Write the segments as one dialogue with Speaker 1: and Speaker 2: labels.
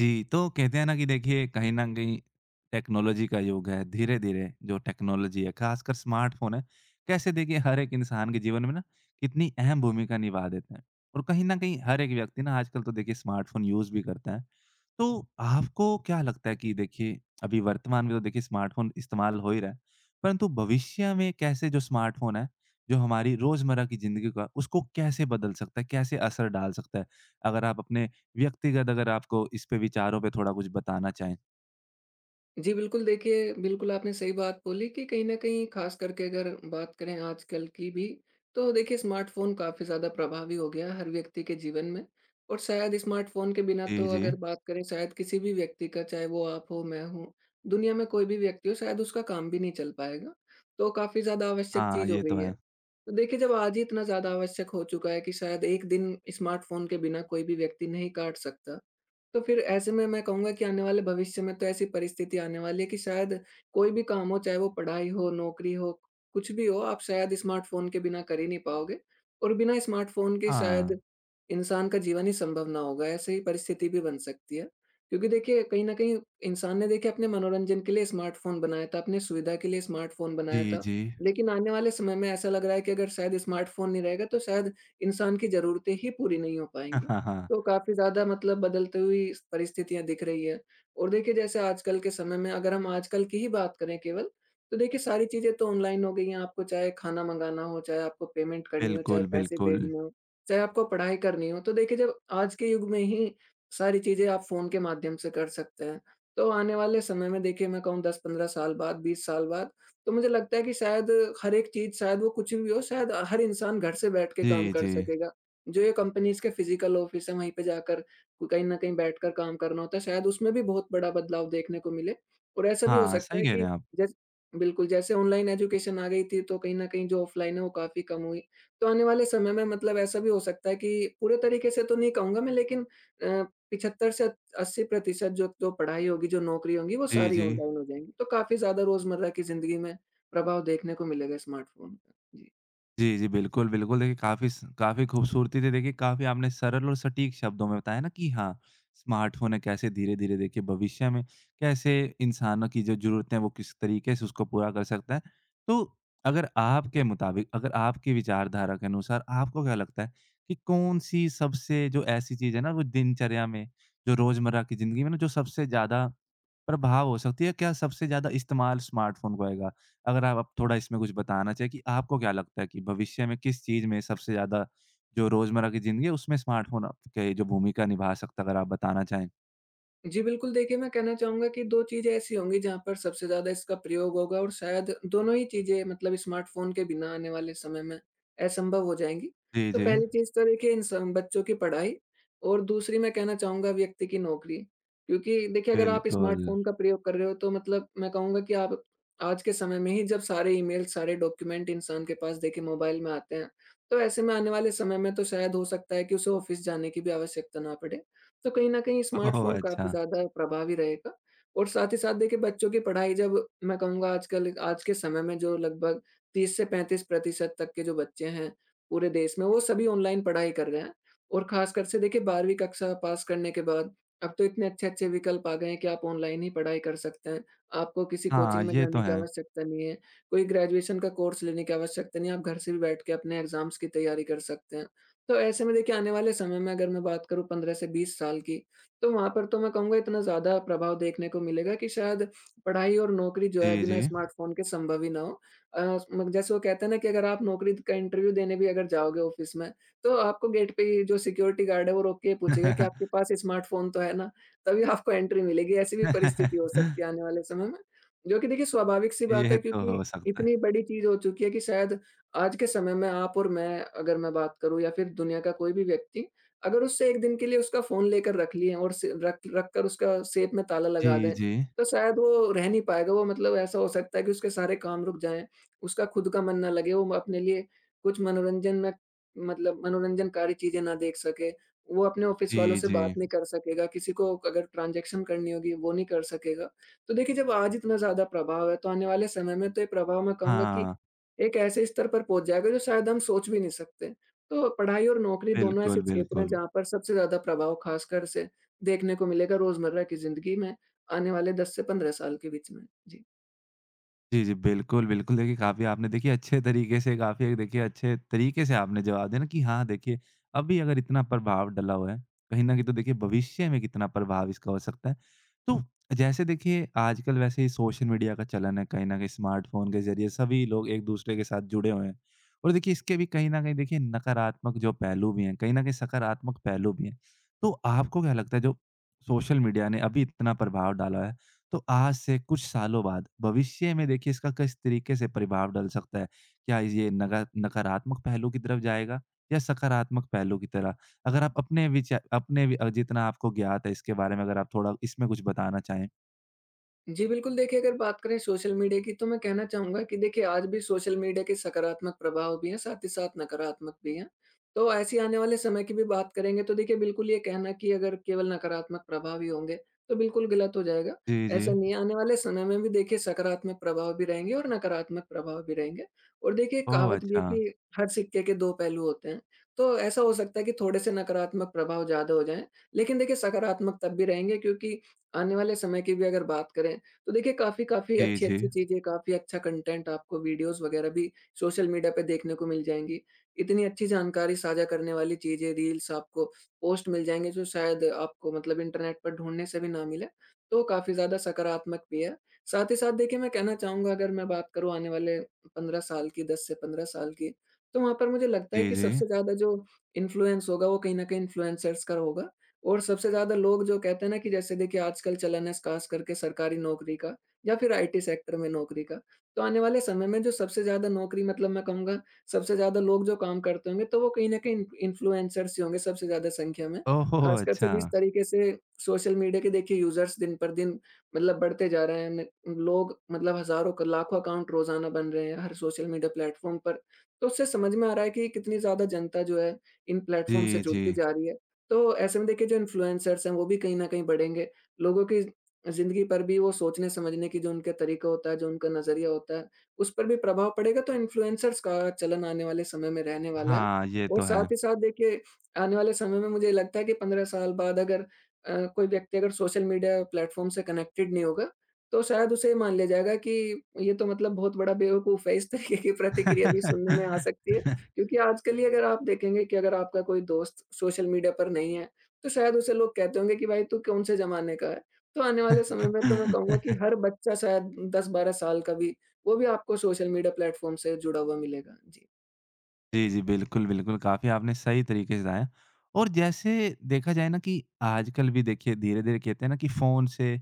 Speaker 1: जी, तो कहते हैं ना कि देखिए कहीं न कहीं टेक्नोलॉजी का युग है। धीरे-धीरे जो टेक्नोलॉजी है ख़ासकर स्मार्टफ़ोन है, कैसे देखिए हर एक इंसान के जीवन में ना कितनी अहम भूमिका निभा देते हैं। और कहीं न कहीं हर एक व्यक्ति ना आजकल तो देखिए स्मार्टफ़ोन यूज़ भी करता है। तो आपको क्या लगता है कि देखिए अभी वर्तमान में तो देखिए स्मार्टफ़ोन इस्तेमाल हो ही रहा है। परंतु भविष्य में कैसे जो स्मार्टफ़ोन है, जो हमारी रोज़मर्रा की ज़िंदगी का उसको कैसे बदल सकता है? कैसे असर डाल सकता है? अगर आप अपने व्यक्तिगत अगर आपको इस पे विचारों पे थोड़ा कुछ बताना चाहें?
Speaker 2: जी, बिल्कुल देखिए, बिल्कुल आपने सही बात बोली कि कहीं न कहीं ख़ास करके अगर बात करें आजकल की भी, तो देखिए स्मार्टफ़ोन काफ़ी ज़्यादा प्रभावी हो गया है हर व्यक्ति के जीवन में और शायद स्मार्टफ़ोन के बिना
Speaker 1: जी,
Speaker 2: तो
Speaker 1: जी।
Speaker 2: अगर बात करें शायद किसी भी व्यक्ति का, चाहे वो आप हो, मैं हूँ, दुनिया में कोई भी व्यक्ति हो, शायद उसका काम भी नहीं चल पाएगा। तो काफ़ी ज़्यादा आवश्यक
Speaker 1: हाँ,
Speaker 2: चीज़ हो
Speaker 1: ये तो
Speaker 2: गई है।
Speaker 1: है।
Speaker 2: तो देखिए, जब आज ही इतना ज़्यादा आवश्यक हो चुका है कि शायद 1 दिन स्मार्टफ़ोन के बिना कोई भी व्यक्ति नहीं काट सकता, तो फिर ऐसे में मैं कहूँगा कि आने वाले भविष्य में तो ऐसी परिस्थिति आने वाली है कि शायद कोई भी काम हो, चाहे वो पढ़ाई हो, नौकरी हो, कुछ भी हो, आप शायद स्मार्टफ़ोन के बिना कर ही नहीं पाओगे और बिना स्मार्टफ़ोन के
Speaker 1: हाँ।
Speaker 2: शायद इंसान का जीवन ही संभव ना होगा, ऐसे ही परिस्थिति भी बन सकती है। क्योंकि देखिए, कहीं न कहीं इंसान ने देखिए अपने मनोरंजन के लिए स्मार्टफ़ोन बनाया था, अपने सुविधा के लिए स्मार्टफ़ोन बनाया
Speaker 1: जी,
Speaker 2: था।
Speaker 1: जी।
Speaker 2: लेकिन आने वाले समय में ऐसा लग रहा है कि अगर शायद स्मार्टफ़ोन नहीं रहेगा, तो शायद इंसान की ज़रूरतें ही पूरी नहीं हो
Speaker 1: हाँ,
Speaker 2: पाएँगी।
Speaker 1: हाँ, हाँ।
Speaker 2: तो काफ़ी ज़्यादा मतलब बदलती हुई परिस्थितियाँ दिख रही है। और देखिए जैसे आजकल के समय में अगर हम आजकल की ही बात करें केवल, तो देखिए सारी चीज़ें तो ऑनलाइन हो गई हैं। आपको चाहे खाना मँगाना हो, चाहे आपको पेमेंट करनी हो, चाहे
Speaker 1: बिल्कुल,
Speaker 2: पैसे
Speaker 1: बिल्कुल।
Speaker 2: भेजने हो, चाहे आपको पढ़ाई करनी हो। तो देखिए जब आज के युग में ही सारी चीज़ें आप फ़ोन के माध्यम से कर सकते हैं। तो आने वाले समय में देखिए मैं कहूँ 10-15 साल बाद, 20 साल बाद, तो मुझे लगता है कि शायद हर एक चीज़ शायद वो कुछ भी हो, शायद हर इंसान घर से बैठ के काम
Speaker 1: जी,
Speaker 2: कर
Speaker 1: जी।
Speaker 2: सकेगा। जो ये कंपनीज़ के फिज़िकल ऑफ़िस हैं, वहीं पे जाकर कहीं न कहीं बैठकर काम करना होता है, शायद उसमें भी बहुत बड़ा बदलाव देखने को मिले। और ऐसा भी हो
Speaker 1: हाँ,
Speaker 2: सकता
Speaker 1: सही
Speaker 2: है
Speaker 1: कह रहे
Speaker 2: कि
Speaker 1: हैं आप।
Speaker 2: जैस बिल्कुल, जैसे ऑनलाइन एजुकेशन आ गई थी, तो कहीं न कहीं जो ऑफ़लाइन है, वो काफ़ी कम हुई। तो आने वाले समय में मतलब ऐसा भी हो सकता है कि पूरे तरीके से तो नहीं कहूँगा मैं, लेकिन अ, 75 से 80% जो जो पढ़ाई होगी, जो नौकरी होंगी, वो
Speaker 1: जी,
Speaker 2: सारी
Speaker 1: जी।
Speaker 2: ऑनलाइन हो जाएँगी। तो काफ़ी ज़्यादा रोज़मर्रा की ज़िंदगी में प्रभाव देखने को मिलेगा स्मार्टफ़ोन का। जी।
Speaker 1: जी, जी। बिल्कुल, बिल्कुल। देखिए काफ़ी खूबसूरती से देखिए काफ़ी आपने सरल और सटीक शब्दों में बताया ना कि हाँ, स्मार्टफ़ोन है कैसे धीरे-धीरे देखिए भविष्य में कैसे इंसानों की जो ज़रूरतें हैं वो किस तरीके से उसको पूरा कर सकता है। तो अगर आपके मुताबिक अगर आपकी विचारधारा के अनुसार आपको क्या लगता है कि कौन-सी सबसे जो ऐसी चीज़ है ना वो दिनचर्या में जो रोज़मर्रा की ज़िंदगी में ना जो सबसे ज़्यादा प्रभाव हो सकती है? क्या सबसे ज़्यादा इस्तेमाल स्मार्टफ़ोन को आएगा? अगर आप थोड़ा इसमें कुछ बताना चाहें कि आपको क्या लगता है कि भविष्य में किस चीज़ में सबसे ज़्यादा जो रोज़मर्रा की ज़िंदगी है उसमें स्मार्टफ़ोन आप के जो भूमिका निभा सकता है अगर आप बताना चाहें?
Speaker 2: जी, बिल्कुल देखिए, मैं कहना चाहूँगा कि 2 चीज़ें ऐसी होंगी जहाँ पर सबसे ज़्यादा इसका प्रयोग होगा और शायद दोनों ही चीज़ें मतलब स्मार्टफ़ोन के बिना आने वाले समय में असंभव हो जाएँगी।
Speaker 1: जी,
Speaker 2: तो
Speaker 1: जी।
Speaker 2: पहली चीज़ तो देखिए इन सब बच्चों की पढ़ाई और दूसरी मैं कहना चाहूँगा व्यक्ति की नौकरी। क्योंकि देखिए अगर आप
Speaker 1: बिल्कुल।
Speaker 2: स्मार्टफ़ोन का प्रयोग कर रहे हो, तो मतलब मैं कहूँगा कि आप आज के समय में ही जब सारे ईमेल, सारे डॉक्यूमेंट इंसान के पास देखिए मोबाइल में आते हैं, तो ऐसे में आने वाले समय में तो शायद हो सकता है कि उसे ऑफ़िस जाने की भी आवश्यकता ना पड़े। तो कहीं न कहीं
Speaker 1: ओह!
Speaker 2: स्मार्टफ़ोन काफ़ी
Speaker 1: अच्छा।
Speaker 2: ज़्यादा प्रभावी रहेगा। और साथ ही साथ देखिए बच्चों की पढ़ाई, जब मैं कहूँगा आजकल आज के समय में जो लगभग 30 से 35% तक के जो बच्चे हैं पूरे देश में, वो सभी ऑनलाइन पढ़ाई कर रहे हैं। और ख़ासकर से देखिए 12वीं कक्षा पास करने के बाद अब तो इतने अच्छे-अच्छे विकल्प आ गए हैं कि आप ऑनलाइन ही पढ़ाई कर सकते हैं। आपको किसी
Speaker 1: हाँ,
Speaker 2: कोचिंग में
Speaker 1: ये तो
Speaker 2: जाने की
Speaker 1: है।
Speaker 2: आवश्यकता नहीं है, कोई ग्रेजुएशन का कोर्स लेने की आवश्यकता नहीं है, आप घर से भी बैठ के अपने एग्ज़ाम्स की तैयारी कर सकते हैं। तो ऐसे में देखिए आने वाले समय में अगर मैं बात करूँ 15 से 20 साल की, तो वहाँ पर तो मैं कहूँगा इतना ज़्यादा प्रभाव देखने को मिलेगा कि शायद पढ़ाई और नौकरी जो है
Speaker 1: जी, जी।
Speaker 2: बिना स्मार्टफ़ोन के संभव ही ना हो। अ, म जैसे वो कहते हैं ना कि अगर आप नौकरी का इंटरव्यू देने भी अगर जाओगे ऑफ़िस में, तो आपको गेट पे ही जो सिक्योरिटी गार्ड है वो रोक के ये पूछेगा कि आपके पास स्मार्टफ़ोन तो है ना? तभी आपको एंट्री मिलेगी, ऐसी भी परिस्थिति हो सकती है आने वाले समय में। जो कि देखिए स्वाभाविक-सी बात
Speaker 1: ये
Speaker 2: है,
Speaker 1: तो
Speaker 2: क्योंकि
Speaker 1: हो सकता है।
Speaker 2: इतनी बड़ी चीज़ हो चुकी है कि शायद आज के समय में आप और मैं, अगर मैं बात करूँ या फिर दुनिया का कोई भी व्यक्ति, अगर उससे 1 दिन के लिए उसका फ़ोन लेकर रख लिए और से रख रख कर उसका सेफ में ताला लगा
Speaker 1: जी,
Speaker 2: दें,
Speaker 1: जी।
Speaker 2: तो शायद वो रह नहीं पाएगा। वो मतलब ऐसा हो सकता है कि उसके सारे काम रुक जाएँ, उसका खुद का मन ना लगे, वो अपने लिए कुछ मनोरंजन में मतलब मनोरंजनकारी चीज़ें ना देख सके। वो अपने ऑफ़िस वालों
Speaker 1: जी,
Speaker 2: से बात
Speaker 1: जी।
Speaker 2: नहीं कर सकेगा, किसी को अगर ट्रांज़ैक्शन करनी होगी, वो नहीं कर सकेगा। तो देखिए, जब आज इतना ज़्यादा प्रभाव है, तो आने वाले समय में तो ये प्रभाव मैं कहूँगा कि
Speaker 1: हाँ,
Speaker 2: एक ऐसे स्तर पर पहुँच जाएगा जो शायद हम सोच भी नहीं सकते। तो पढ़ाई और नौकरी दोनों
Speaker 1: बिल्कुल,
Speaker 2: ऐसे क्षेत्र हैं
Speaker 1: बिल्कुल।
Speaker 2: जहाँ पर सबसे ज़्यादा प्रभाव ख़ासकर से देखने को मिलेगा रोज़मर्रा की ज़िंदगी में आने वाले 10 से 15 साल के बीच में। जी।
Speaker 1: जी, जी। बिल्कुल, बिल्कुल। देखिए, काफ़ी आपने देखिए अच्छे तरीके से काफ़ी देखिए अच्छे तरीके से आपने जवाब दिया ना कि हाँ, देखिए अभी अगर इतना प्रभाव डला हुआ है, कहीं न कहीं तो देखिए भविष्य में कितना प्रभाव इसका हो सकता है। तो जैसे देखिए आजकल वैसे ही सोशल मीडिया का चलन है, कहीं न कहीं स्मार्टफ़ोन के ज़रिए सभी लोग एक-दूसरे के साथ जुड़े हुए हैं। और देखिए इसके भी कहीं न कहीं देखिए नकारात्मक जो पहलू भी हैं, कहीं न कहीं सकारात्मक पहलू भी हैं। तो आपको क्या लगता है जो सोशल मीडिया ने अभी इतना प्रभाव डाला है तो आज से कुछ सालों बाद भविष्य में देखिए इसका किस तरीके से प्रभाव डल सकता है? क्या ये नगा नकारात्मक पहलू की तरफ जाएगा या सकारात्मक पहलू की तरह? अगर आप अपने विचा अपने वि अ, जितना आपको ज्ञात है इसके बारे में अगर आप थोड़ा इसमें कुछ बताना चाहें?
Speaker 2: जी, बिल्कुल देखिए, अगर बात करें सोशल मीडिया की तो मैं कहना चाहूँगा कि देखिए आज भी सोशल मीडिया के सकारात्मक प्रभाव भी हैं, साथ ही साथ नकारात्मक भी हैं। तो ऐसी आने वाले समय की भी बात करेंगे, तो देखिए बिल्कुल ये कहना कि अगर केवल नकारात्मक प्रभाव ही होंगे, तो बिल्कुल गलत हो जाएगा।
Speaker 1: जी, जी।
Speaker 2: ऐसा नहीं है, आने वाले समय में भी देखिए सकारात्मक प्रभाव भी रहेंगे और नकारात्मक प्रभाव भी रहेंगे। और देखिए
Speaker 1: ओह!
Speaker 2: कहावत भी है
Speaker 1: अच्छा।
Speaker 2: कि हर सिक्के के 2 पहलू होते हैं। तो ऐसा हो सकता है कि थोड़े से नकारात्मक प्रभाव ज़्यादा हो जाएँ, लेकिन देखिए सकारात्मक तब भी रहेंगे, क्योंकि आने वाले समय की भी अगर बात करें, तो देखिए काफ़ी काफ़ी
Speaker 1: जी,
Speaker 2: अच्छी-अच्छी
Speaker 1: जी।
Speaker 2: चीज़ें, काफ़ी अच्छा कंटेंट आपको वीडियोज़ वगैरह भी सोशल मीडिया पे देखने को मिल जाएँगी। इतनी अच्छी जानकारी साझा करने वाली चीज़ें, रील्स आपको पोस्ट मिल जाएँगे जो शायद आपको मतलब इंटरनेट पर ढूँढने से भी ना मिले, तो काफ़ी ज़्यादा सकारात्मक भी है। साथ ही साथ देखिए मैं कहना चाहूँगा, अगर मैं बात करूँ आने वाले 15 साल की, 10 से 15 साल की, तो वहाँ पर मुझे लगता है
Speaker 1: जी,
Speaker 2: कि
Speaker 1: जी।
Speaker 2: सबसे ज़्यादा जो इन्फ्लुएंस होगा वो कहीं न कहीं इन्फ्लुएंसर्स का होगा। और सबसे ज़्यादा लोग जो कहते हैं ना कि जैसे देखिए आजकल चलन है खास करके सरकारी नौकरी का या फिर आईटी सेक्टर में नौकरी का, तो आने वाले समय में जो सबसे ज़्यादा नौकरी मतलब मैं कहूँगा सबसे ज़्यादा लोग जो काम करते होंगे, तो वो कहीं न कहीं इन्फ्लुएंसर्स ही होंगे सबसे ज़्यादा संख्या में।
Speaker 1: ओहो!
Speaker 2: खासकर से
Speaker 1: अच्छा।
Speaker 2: जिस तरीके से सोशल मीडिया के देखिए यूज़र्स दिन पर दिन मतलब बढ़ते जा रहे हैं न, लोग मतलब हज़ारों क लाखों अकाउंट रोज़ाना बन रहे हैं हर सोशल मीडिया प्लेटफ़ॉर्म पर। तो उससे समझ में आ रहा है कि कितनी ज़्यादा जनता जो है इन प्लेटफ़ॉर्म से
Speaker 1: जी, जी।
Speaker 2: जुड़ती जा रही है। तो ऐसे में देखिए जो इन्फ्लुएंसर्स हैं वो भी कहीं न कहीं बढ़ेंगे। लोगों की ज़िंदगी पर भी वो सोचने-समझने की जो उनका तरीका होता है, जो उनका नज़रिया होता है, उस पर भी प्रभाव पड़ेगा। तो इन्फ्लुएंसर्स का चलन आने वाले समय में रहने वाला है।
Speaker 1: हाँ, ये
Speaker 2: और
Speaker 1: तो है।
Speaker 2: साथ ही साथ देखिए आने वाले समय में मुझे लगता है कि 15 साल बाद अगर कोई व्यक्ति अगर सोशल मीडिया प्लेटफ़ॉर्म से कनेक्टेड नहीं होगा, तो शायद उसे ये मान लिया जाएगा कि ये तो मतलब बहुत बड़ा बेवकूफ़ है। इस तरीके की प्रतिक्रिया भी सुनने में आ सकती है। क्योंकि आजकल ही अगर आप देखेंगे कि अगर आपका कोई दोस्त सोशल मीडिया पर नहीं है, तो शायद उसे लोग कहते होंगे कि भाई तू कौन से ज़माने का है। तो आने वाले समय में तो मैं कहूँगा कि हर बच्चा शायद 10-12 साल का भी, वो भी आपको सोशल मीडिया प्लेटफ़ॉर्म से जुड़ा हुआ मिलेगा। जी।
Speaker 1: जी, जी। बिल्कुल, बिल्कुल, काफ़ी आपने सही तरीके से बताया और जैसे देखा जाए ना कि आजकल भी देखिए धीरे-धीरे कहते हैं ना कि फ़ोन से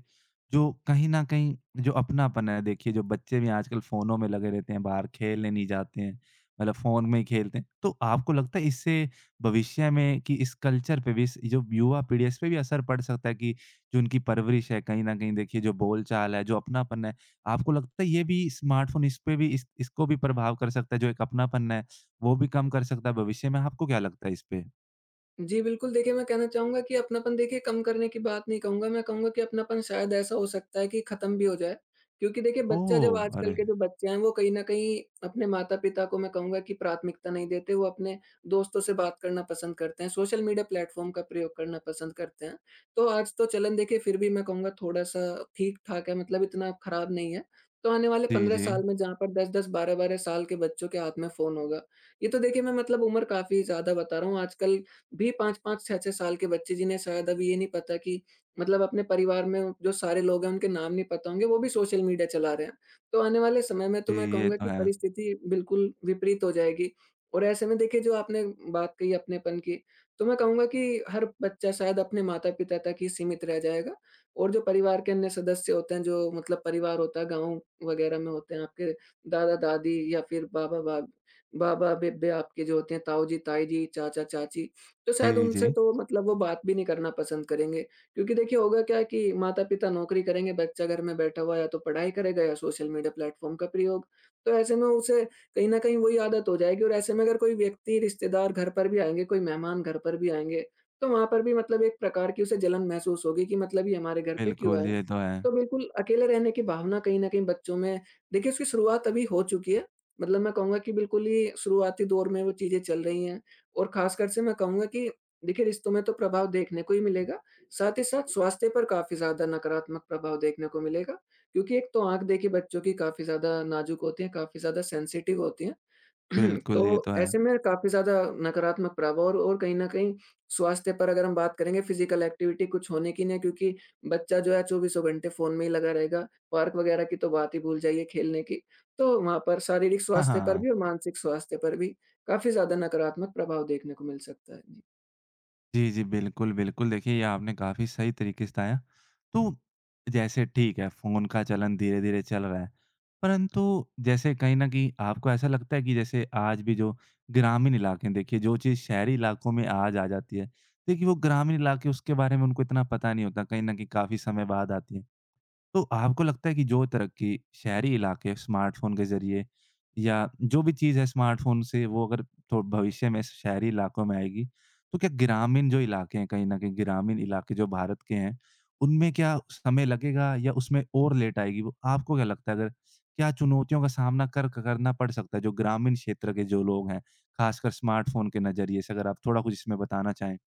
Speaker 1: जो कहीं न कहीं जो अपनापन है देखिए जो बच्चे भी आजकल फ़ोनों में लगे रहते हैं, बाहर खेलने नहीं जाते हैं, मतलब फ़ोन में ही खेलते हैं। तो आपको लगता है इससे भविष्य में कि इस कल्चर पे भी इस जो युवा पीढ़ी है इस पे भी असर पड़ सकता है कि जो उनकी परवरिश है कहीं न कहीं देखिए जो बोलचाल है, जो अपनापन है, आपको लगता है ये भी स्मार्टफ़ोन इस पे भी इस इसको भी प्रभाव कर सकता है जो एक अपनापन है? वो भी कम कर सकता है भविष्य में, आपको क्या लगता है इस पे?
Speaker 2: जी, बिल्कुल देखिए, मैं कहना चाहूँगा कि अपनापन देखिए कम करने की बात नहीं कहूँगा, मैं कहूँगा कि अपनापन शायद ऐसा हो सकता है कि खत्म भी हो जाए। क्योंकि देखिए बच्चा जब,
Speaker 1: ओह! अरे!
Speaker 2: आजकल के जो बच्चे हैं, वो कहीं न कहीं अपने माता-पिता को मैं कहूँगा कि प्राथमिकता नहीं देते, वो अपने दोस्तों से बात करना पसंद करते हैं, सोशल मीडिया प्लेटफ़ॉर्म का प्रयोग करना पसंद करते हैं। तो आज तो चलन देखिए फिर भी मैं कहूँगा थोड़ा-सा ठीक-ठाक है, मतलब इतना खराब नहीं है। तो आने वाले
Speaker 1: जी,
Speaker 2: 15
Speaker 1: जी।
Speaker 2: साल में जहाँ पर 10-10, 12-12 साल के बच्चों के हाथ में फ़ोन होगा, ये तो देखिए मैं मतलब उम्र काफ़ी ज़्यादा बता रहा हूँ, आजकल भी 5-5, 6-6 साल के बच्चे जिन्हें शायद अभी ये नहीं पता कि मतलब अपने परिवार में जो सारे लोग हैं उनके नाम नहीं पता होंगे, वो भी सोशल मीडिया चला रहे हैं। तो आने वाले समय में
Speaker 1: जी,
Speaker 2: तो मैं
Speaker 1: ये
Speaker 2: कहूँगा
Speaker 1: तो
Speaker 2: कि
Speaker 1: है।
Speaker 2: परिस्थिति बिल्कुल विपरीत हो जाएगी और ऐसे में देखिए जो आपने बात कही अपनेपन की, तो मैं कहूँगा कि हर बच्चा शायद अपने माता-पिता तक ही सीमित रह जाएगा और जो परिवार के अन्य सदस्य होते हैं, जो मतलब परिवार होता है गाँव वगैरह में होते हैं, आपके दादा-दादी या फिर बाबा-बा बाबा-बेबे आपके जो होते हैं, ताऊ जी, ताई जी, चाचा-चाची, तो शायद
Speaker 1: जी,
Speaker 2: उनसे
Speaker 1: जी।
Speaker 2: तो मतलब वो बात भी नहीं करना पसंद करेंगे। क्योंकि देखिए होगा क्या कि माता-पिता नौकरी करेंगे, बच्चा घर में बैठा हुआ है या तो पढ़ाई करेगा या सोशल मीडिया प्लेटफ़ॉर्म का प्रयोग। तो ऐसे में उसे कहीं न कहीं वही आदत हो जाएगी और ऐसे में अगर कोई व्यक्ति रिश्तेदार घर पर भी आएँगे, कोई मेहमान घर पर भी आएँगे, तो वहाँ पर भी मतलब एक प्रकार की उसे जलन महसूस होगी कि मतलब ये हमारे घर पे क्यों
Speaker 1: बिल्कुल,
Speaker 2: आया?
Speaker 1: ये तो है।
Speaker 2: तो बिल्कुल अकेले रहने की भावना कहीं न कहीं बच्चों में देखिए उसकी शुरुआत अभी हो चुकी है। मतलब मैं कहूँगा कि बिल्कुल ही शुरुआती दौर में वो चीज़ें चल रही हैं। और खासकर से मैं कहूँगा कि देखिए, रिश्तों में तो प्रभाव देखने को ही मिलेगा, साथ ही साथ स्वास्थ्य पर काफ़ी ज़्यादा नकारात्मक प्रभाव देखने को मिलेगा। क्योंकि एक तो आँख देखिए बच्चों की काफ़ी ज़्यादा नाज़ुक होती है, काफ़ी ज़्यादा सेंसिटिव होती है।
Speaker 1: बिल्कुल,
Speaker 2: तो
Speaker 1: ये तो है।
Speaker 2: ऐसे में काफ़ी ज़्यादा नकारात्मक प्रभाव और कहीं न कहीं स्वास्थ्य पर अगर हम बात करेंगे फ़िज़िकल एक्टिविटी कुछ होने की नहीं है क्योंकि बच्चा जो है चौबीसों घंटे फ़ोन में ही लगा रहेगा। पार्क वग़ैरह की तो बात ही भूल जाइए खेलने की। तो वहाँ पर शारीरिक
Speaker 1: हाँ,
Speaker 2: स्वास्थ्य पर
Speaker 1: हाँ।
Speaker 2: भी और मानसिक स्वास्थ्य पर भी काफ़ी ज़्यादा नकारात्मक प्रभाव देखने को मिल सकता है।
Speaker 1: जी, जी, बिल्कुल, बिल्कुल। देखिए, ये आपने काफ़ी सही तरीके से बताया। तो जैसे ठीक है, फ़ोन का चलन धीरे-धीरे चल रहा है, परंतु जैसे कहीं न कहीं आपको ऐसा लगता है कि जैसे आज भी जो ग्रामीण इलाके हैं, देखिए, जो चीज़ शहरी इलाकों में आज आ जाती है, देखिए, वो ग्रामीण इलाके उसके बारे में उनको इतना पता नहीं होता, कहीं न कहीं काफ़ी समय बाद आती है। तो आपको लगता है कि जो तरक्की शहरी इलाके स्मार्टफ़ोन के ज़रिए या जो भी चीज़ है स्मार्टफ़ोन से वो अगर थो भविष्य में शहरी इलाकों में आएगी, तो क्या ग्रामीण जो इलाके हैं कहीं न कहीं ग्रामीण इलाके जो भारत के हैं, उनमें क्या समय लगेगा या उसमें और लेट आएगी वो? आपको क्या लगता है अगर क्या चुनौतियों का सामना कर करना पड़ सकता है जो ग्रामीण क्षेत्र के जो लोग हैं, ख़ासकर स्मार्टफ़ोन के नज़रिए से? अगर आप थोड़ा कुछ इसमें बताना चाहें।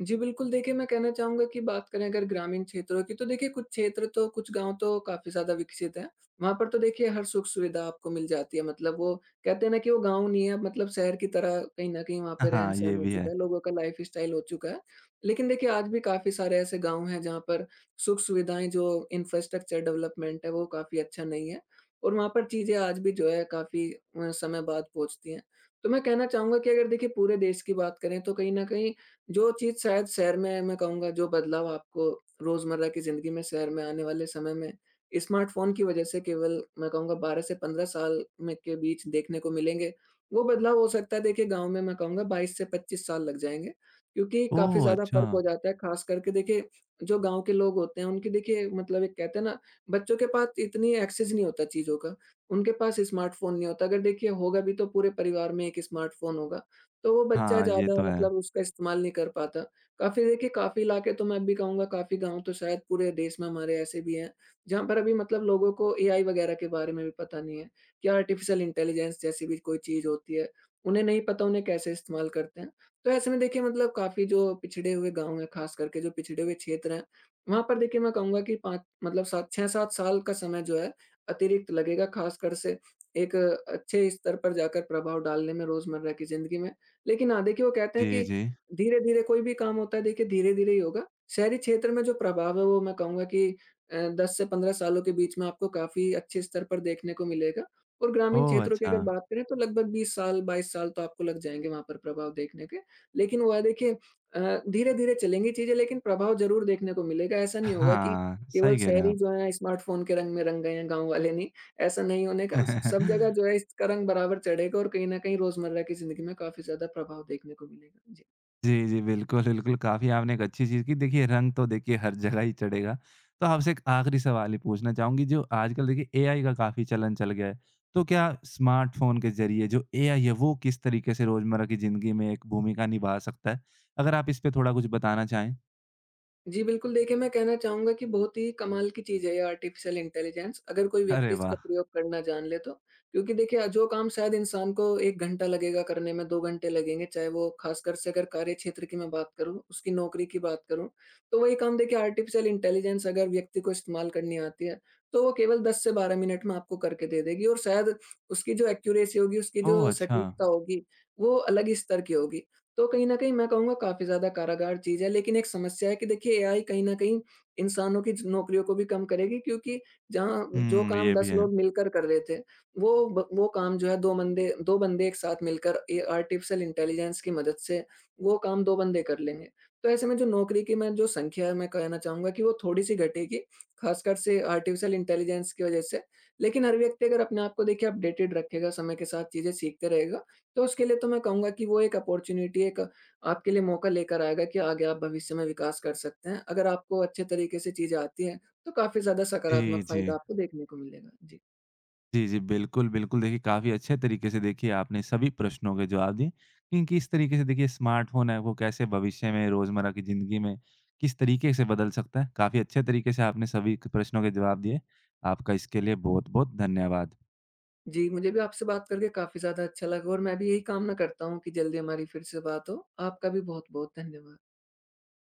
Speaker 2: जी, बिल्कुल देखिए, मैं कहना चाहूँगा कि बात करें अगर ग्रामीण क्षेत्रों की तो देखिए कुछ क्षेत्र तो कुछ गाँव तो काफ़ी ज़्यादा विकसित हैं। वहाँ पर तो देखिए हर सुख-सुविधा आपको मिल जाती है मतलब वो कहते हैं ना कि वो गाँव नहीं है मतलब शहर की तरह कहीं न कहीं वहाँ पे
Speaker 1: हाँ, ये
Speaker 2: रहन-सहन हो
Speaker 1: भी
Speaker 2: चुका
Speaker 1: है।
Speaker 2: है, लोगों का लाइफ़स्टाइल हो चुका है। लेकिन देखिए आज भी काफ़ी सारे ऐसे गाँव हैं जहाँ पर सुख-सुविधाएँ जो इंफ्रास्ट्रक्चर डेवलपमेंट है वो काफ़ी अच्छा नहीं है और वहाँ पर चीज़ें आज भी जो है काफ़ी समय बाद पहुँचती हैं। तो मैं कहना चाहूँगा कि अगर देखिए पूरे देश की बात करें तो कहीं न कहीं जो चीज़ शायद शहर में मैं कहूँगा जो बदलाव आपको रोज़मर्रा की ज़िंदगी में शहर में आने वाले समय में स्मार्टफ़ोन की वजह से केवल मैं कहूँगा 12 से 15 साल में के बीच देखने को मिलेंगे। वो बदलाव हो सकता है देखिए गाँव में मैं कहूँगा 22 से 25 साल लग जाएँगे क्योंकि काफ़ी
Speaker 1: ओह!
Speaker 2: ज़्यादा
Speaker 1: अच्छा।
Speaker 2: फ़र्क हो जाता है ख़ास करके देखिए जो गाँव के लोग होते हैं उनकी देखिए मतलब एक कहते हैं ना बच्चों के पास इतनी एक्सेस नहीं होता चीज़ों का। उनके पास स्मार्टफ़ोन नहीं होता अगर देखिए होगा भी तो पूरे परिवार में एक स्मार्टफ़ोन होगा तो वो बच्चा
Speaker 1: हाँ, ये
Speaker 2: ज़्यादा
Speaker 1: तो है।
Speaker 2: मतलब उसका इस्तेमाल नहीं कर पाता। काफ़ी देखिए काफ़ी इलाके तो मैं भी कहूँगा काफ़ी गाँव तो शायद पूरे देश में हमारे ऐसे भी हैं, जहाँ पर अभी मतलब लोगों को एआई वग़ैरह के बारे में भी पता नहीं है, कि आर्टिफ़िशियल इंटेलिजेंस जैसी भी कोई चीज़ होती है, उन्हें नहीं पता उन्हें कैसे इस्तेमाल करते हैं। तो ऐसे में देखिए मतलब काफ़ी जो पिछड़े हुए गाँव हैं, ख़ास करके जो पिछड़े हुए क्षेत्र हैं, वहाँ पर देखिए मैं कहूँगा कि 5 मतलब 7 6-7 साल का समय जो है, अतिरिक्त लगेगा ख़ासकर से एक अच्छे स्तर पर जाकर प्रभाव डालने में रोज़मर्रा की ज़िंदगी में। लेकिन हाँ, देखिए वो कहते हैं
Speaker 1: जी,
Speaker 2: कि
Speaker 1: जी।
Speaker 2: धीरे-धीरे कोई भी काम होता है देखिए धीरे-धीरे ही होगा। शहरी क्षेत्र में जो प्रभाव है वो मैं कहूँगा कि 10 से 15 सालों के बीच में आपको काफ़ी अच्छे स्तर पर देखने को मिलेगा और ग्रामीण
Speaker 1: ओह!
Speaker 2: क्षेत्रों की
Speaker 1: अच्छा।
Speaker 2: अगर बात करें तो लगभग 20 साल, 22 साल तो आपको लग जाएँगे वहाँ पर प्रभाव देखने के। लेकिन वो है देखिए अ, धीरे-धीरे चलेंगी चीज़ें लेकिन प्रभाव ज़रूर देखने को मिलेगा। ऐसा नहीं होगा कि
Speaker 1: हाँ,
Speaker 2: केवल
Speaker 1: सही कह रहे हैं
Speaker 2: शहरी
Speaker 1: आप।
Speaker 2: जो हैं स्मार्टफ़ोन के रंग में रंग गए हैं, गाँव वाले नहीं। ऐसा नहीं होने का सब जगह जो है इसका रंग बराबर चढ़ेगा और कहीं न कहीं रोज़मर्रा की ज़िंदगी में काफ़ी ज़्यादा प्रभाव देखने को मिलेगा। जी।
Speaker 1: जी, जी, बिल्कुल, बिल्कुल, काफ़ी आपने एक अच्छी चीज़ की। देखिए, रंग तो देखिए हर जगह ही चढ़ेगा। तो आपसे एक आखिरी सवाल ही पूछना चाहूँगी, जो आजकल देखिए एआई का काफ़ी चलन चल गया है। तो क्या स्मार्टफ़ोन के ज़रिए जो एआई है, वो किस तरीके से रोज़मर्रा की ज़िंदगी में एक भूमिका निभा सकता है? अगर आप इस पे थोड़ा कुछ बताना चाहें।
Speaker 2: जी, बिल्कुल देखिए, मैं कहना चाहूँगा कि बहुत ही कमाल की चीज़ है ये आर्टिफ़िशियल इंटेलिजेंस अगर कोई
Speaker 1: अरे
Speaker 2: व्यक्ति
Speaker 1: वाह!
Speaker 2: इसका प्रयोग करना जान ले तो। क्योंकि देखिए जो काम शायद इंसान को 1 घंटा लगेगा करने में 2 घंटे लगेंगे, चाहे वो ख़ासकर से अगर कार्यक्षेत्र की मैं बात करूँ, उसकी नौकरी की बात करूँ, तो वही काम देखिए आर्टिफ़िशियल इंटेलिजेंस अगर व्यक्ति को इस्तेमाल करनी आती है, तो वो केवल 10 से 12 मिनट में आपको करके दे देगी और शायद उसकी जो एक्यूरेसी होगी, उसकी
Speaker 1: ओह!
Speaker 2: जो
Speaker 1: अच्छा।
Speaker 2: सटीकता होगी, वो अलग ही स्तर की होगी। तो कहीं न कहीं मैं कहूँगा काफ़ी ज़्यादा कारागार चीज़ है, लेकिन एक समस्या है कि देखिए एआई कहीं न कहीं इंसानों की ज नौकरियों को भी कम करेगी क्योंकि जहाँ जो
Speaker 1: हुँ,
Speaker 2: काम
Speaker 1: ये भी
Speaker 2: 10
Speaker 1: है।
Speaker 2: लोग मिलकर कर रहे थे, वो काम जो है 2 बंदे 2 बंदे एक साथ मिलकर ए आर्टिफिशियल इंटेलिजेंस की मदद से वो काम 2 बंदे कर लेंगे। तो ऐसे में जो नौकरी की मैं जो संख्या है मैं कहना चाहूँगा कि वो थोड़ी-सी घटेगी, ख़ासकर से आर्टिफिशियल इंटेलिजेंस की वज़ह से। लेकिन हर व्यक्ति अगर अपने आप को देखिए अपडेटेड रखेगा, समय के साथ चीज़ें सीखते रहेगा, तो उसके लिए तो मैं कहूँगा कि वो एक अपॉर्च्युनिटी एक आपके लिए मौका लेकर आएगा कि आगे आप भविष्य में विकास कर सकते हैं। अगर आपको अच्छे तरीके से चीज़ें आती हैं, तो काफ़ी ज़्यादा
Speaker 1: जी,
Speaker 2: सकारात्मक
Speaker 1: जी।
Speaker 2: फ़ायदा आपको देखने को मिलेगा। जी।
Speaker 1: जी, जी। बिल्कुल, बिल्कुल। देखिए, काफ़ी अच्छे तरीके से देखिए आपने सभी प्रश्नों के जवाब दिए कि किस तरीके से देखिए स्मार्टफ़ोन है वो कैसे भविष्य में रोज़मर्रा की ज़िंदगी में किस तरीके से बदल सकता है। काफ़ी अच्छे तरीके से आपने सभी क प्रश्नों के जवाब दिए। आपका इसके लिए बहुत-बहुत धन्यवाद।
Speaker 2: जी, मुझे भी आपसे बात करके काफ़ी ज़्यादा अच्छा लगा और मैं भी यही कामना करता हूँ कि जल्दी हमारी फिर से बात हो। आपका भी बहुत-बहुत धन्यवाद।